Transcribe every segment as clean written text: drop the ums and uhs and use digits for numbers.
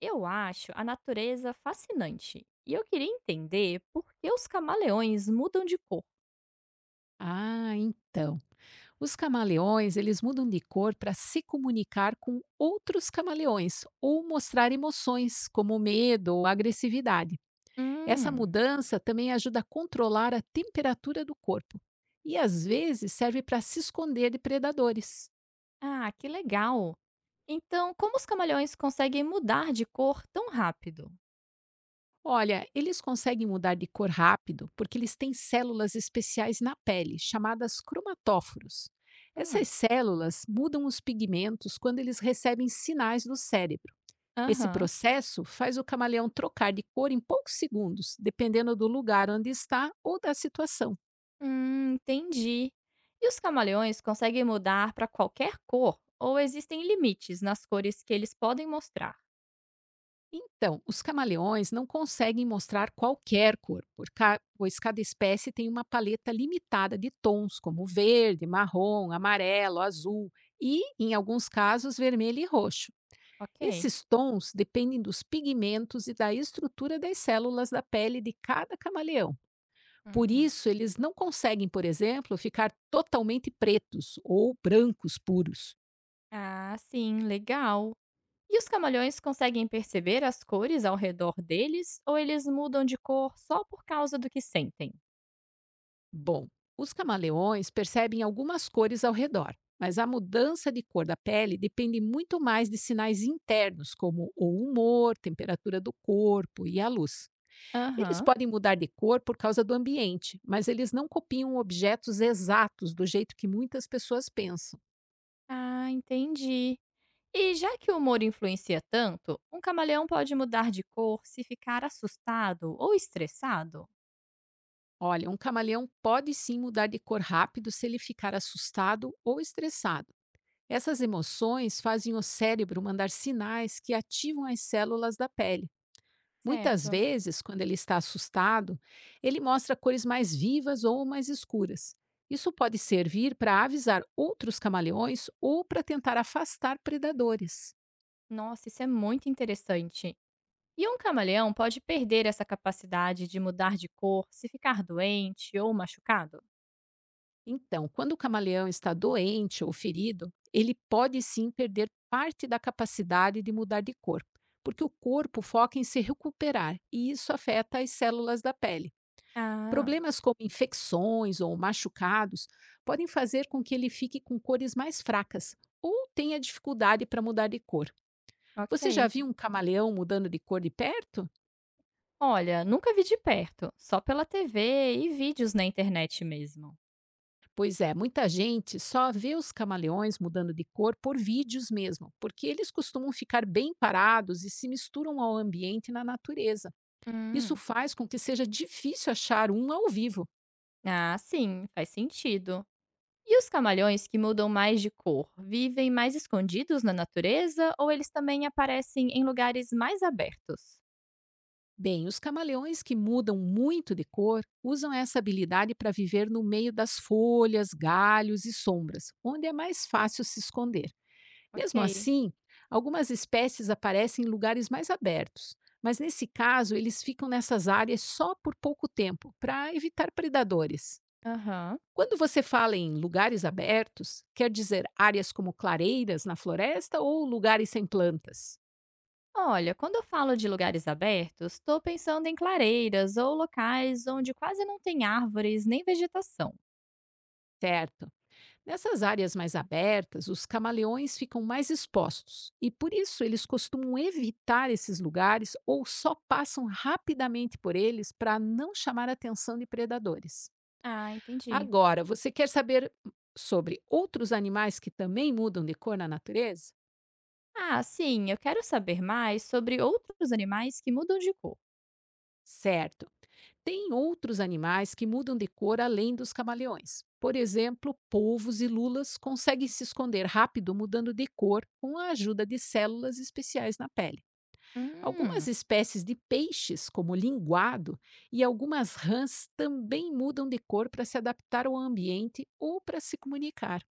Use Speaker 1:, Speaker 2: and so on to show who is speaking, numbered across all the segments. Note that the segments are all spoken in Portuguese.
Speaker 1: Eu acho a natureza fascinante e eu queria entender por que os camaleões mudam de cor.
Speaker 2: Ah, então. Os camaleões, eles mudam de cor para se comunicar com outros camaleões ou mostrar emoções, como medo ou agressividade. Essa
Speaker 1: Hum,
Speaker 2: mudança também ajuda a controlar a temperatura do corpo e às vezes serve para se esconder de predadores.
Speaker 1: ah, que legal! Então, como os camaleões conseguem mudar de cor tão rápido?
Speaker 2: Olha, eles conseguem mudar de cor rápido porque eles têm células especiais na pele, chamadas cromatóforos. Essas
Speaker 1: Hum,
Speaker 2: células mudam os pigmentos quando eles recebem sinais do cérebro. Esse
Speaker 1: aham.
Speaker 2: processo faz o camaleão trocar de cor em poucos segundos, dependendo do lugar onde está ou da situação.
Speaker 1: Entendi. E os camaleões conseguem mudar para qualquer cor ou existem limites nas cores que eles podem mostrar?
Speaker 2: Então, os camaleões não conseguem mostrar qualquer cor, pois cada espécie tem uma paleta limitada de tons, como verde, marrom, amarelo, azul e, em alguns casos, vermelho e roxo.
Speaker 1: Ok.
Speaker 2: Esses tons dependem dos pigmentos e da estrutura das células da pele de cada camaleão. Por
Speaker 1: Hum.
Speaker 2: isso, eles não conseguem, por exemplo, ficar totalmente pretos ou brancos puros.
Speaker 1: Ah, sim, legal. E os camaleões conseguem perceber as cores ao redor deles ou eles mudam de cor só por causa do que sentem?
Speaker 2: Bom, os camaleões percebem algumas cores ao redor, mas a mudança de cor da pele depende muito mais de sinais internos, como o humor, temperatura do corpo e a luz. Eles
Speaker 1: Aham.
Speaker 2: podem mudar de cor por causa do ambiente, mas eles não copiam objetos exatos do jeito que muitas pessoas pensam.
Speaker 1: Ah, entendi. E já que o humor influencia tanto, um camaleão pode mudar de cor se ficar assustado ou estressado?
Speaker 2: Olha, um camaleão pode sim mudar de cor rápido se ele ficar assustado ou estressado. Essas emoções fazem o cérebro mandar sinais que ativam as células da pele. Muitas
Speaker 1: Certo.
Speaker 2: vezes, quando ele está assustado, ele mostra cores mais vivas ou mais escuras. Isso pode servir para avisar outros camaleões ou para tentar afastar predadores.
Speaker 1: Nossa, isso é muito interessante. E um camaleão pode perder essa capacidade de mudar de cor se ficar doente ou machucado?
Speaker 2: Então, quando o camaleão está doente ou ferido, ele pode sim perder parte da capacidade de mudar de cor, porque o corpo foca em se recuperar e isso afeta as células da pele.
Speaker 1: Ah,
Speaker 2: Problemas como infecções ou machucados podem fazer com que ele fique com cores mais fracas ou tenha dificuldade para mudar de cor. Você já
Speaker 1: ok.
Speaker 2: viu um camaleão mudando de cor de perto?
Speaker 1: Olha, nunca vi de perto, só pela TV e vídeos na internet mesmo.
Speaker 2: Pois é, muita gente só vê os camaleões mudando de cor por vídeos mesmo, porque eles costumam ficar bem parados e se misturam ao ambiente e na natureza. Isso
Speaker 1: Hum,
Speaker 2: faz com que seja difícil achar um ao vivo.
Speaker 1: Ah, sim, faz sentido. E os camaleões que mudam mais de cor, vivem mais escondidos na natureza ou eles também aparecem em lugares mais abertos?
Speaker 2: Bem, os camaleões que mudam muito de cor usam essa habilidade para viver no meio das folhas, galhos e sombras, onde é mais fácil se esconder. Mesmo
Speaker 1: Ok.
Speaker 2: assim, algumas espécies aparecem em lugares mais abertos, mas nesse caso eles ficam nessas áreas só por pouco tempo, para evitar predadores.
Speaker 1: Aham.
Speaker 2: Quando você fala em lugares abertos, quer dizer áreas como clareiras na floresta ou lugares sem plantas,
Speaker 1: Olha, quando eu falo de lugares abertos, estou pensando em clareiras ou locais onde quase não tem árvores nem vegetação.
Speaker 2: certo? Nessas áreas mais abertas, os camaleões ficam mais expostos e por isso eles costumam evitar esses lugares ou só passam rapidamente por eles para não chamar a atenção de predadores.
Speaker 1: Ah, entendi.
Speaker 2: Agora, você quer saber sobre outros animais que também mudam de cor na natureza?
Speaker 1: Ah, sim, eu quero saber mais sobre outros animais que mudam de cor.
Speaker 2: Certo. Tem outros animais que mudam de cor além dos camaleões. Por exemplo, polvos e lulas conseguem se esconder rápido mudando de cor com a ajuda de células especiais na pele. Algumas
Speaker 1: Hum,
Speaker 2: espécies de peixes, como o linguado, e algumas rãs também mudam de cor para se adaptar ao ambiente ou para se comunicar.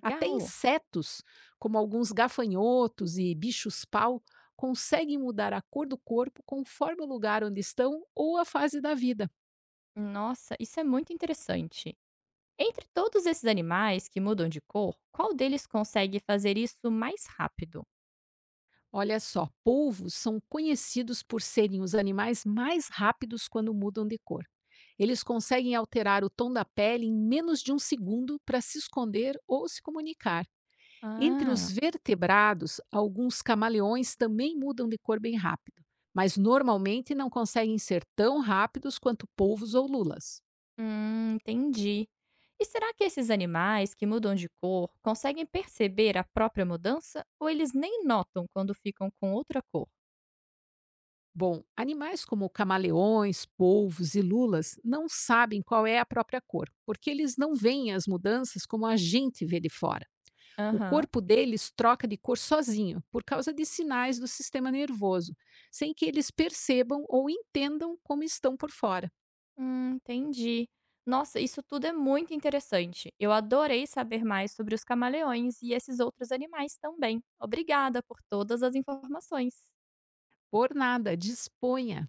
Speaker 2: Até insetos, como alguns gafanhotos e bichos-pau, conseguem mudar a cor do corpo conforme o lugar onde estão ou a fase da vida.
Speaker 1: Nossa, isso é muito interessante. Entre todos esses animais que mudam de cor, qual deles consegue fazer isso mais rápido?
Speaker 2: Olha só, polvos são conhecidos por serem os animais mais rápidos quando mudam de cor. Eles conseguem alterar o tom da pele em menos de um segundo para se esconder ou se comunicar. Entre os
Speaker 1: Ah,
Speaker 2: vertebrados, alguns camaleões também mudam de cor bem rápido, mas normalmente não conseguem ser tão rápidos quanto polvos ou lulas.
Speaker 1: entendi. E será que esses animais que mudam de cor conseguem perceber a própria mudança ou eles nem notam quando ficam com outra cor?
Speaker 2: Bom, animais como camaleões, polvos e lulas não sabem qual é a própria cor, porque eles não veem as mudanças como a gente vê de fora. O
Speaker 1: Aham.
Speaker 2: corpo deles troca de cor sozinho, por causa de sinais do sistema nervoso, sem que eles percebam ou entendam como estão por fora.
Speaker 1: Entendi. Nossa, isso tudo é muito interessante. Eu adorei saber mais sobre os camaleões e esses outros animais também. Obrigada por todas as informações.
Speaker 2: Por nada, disponha.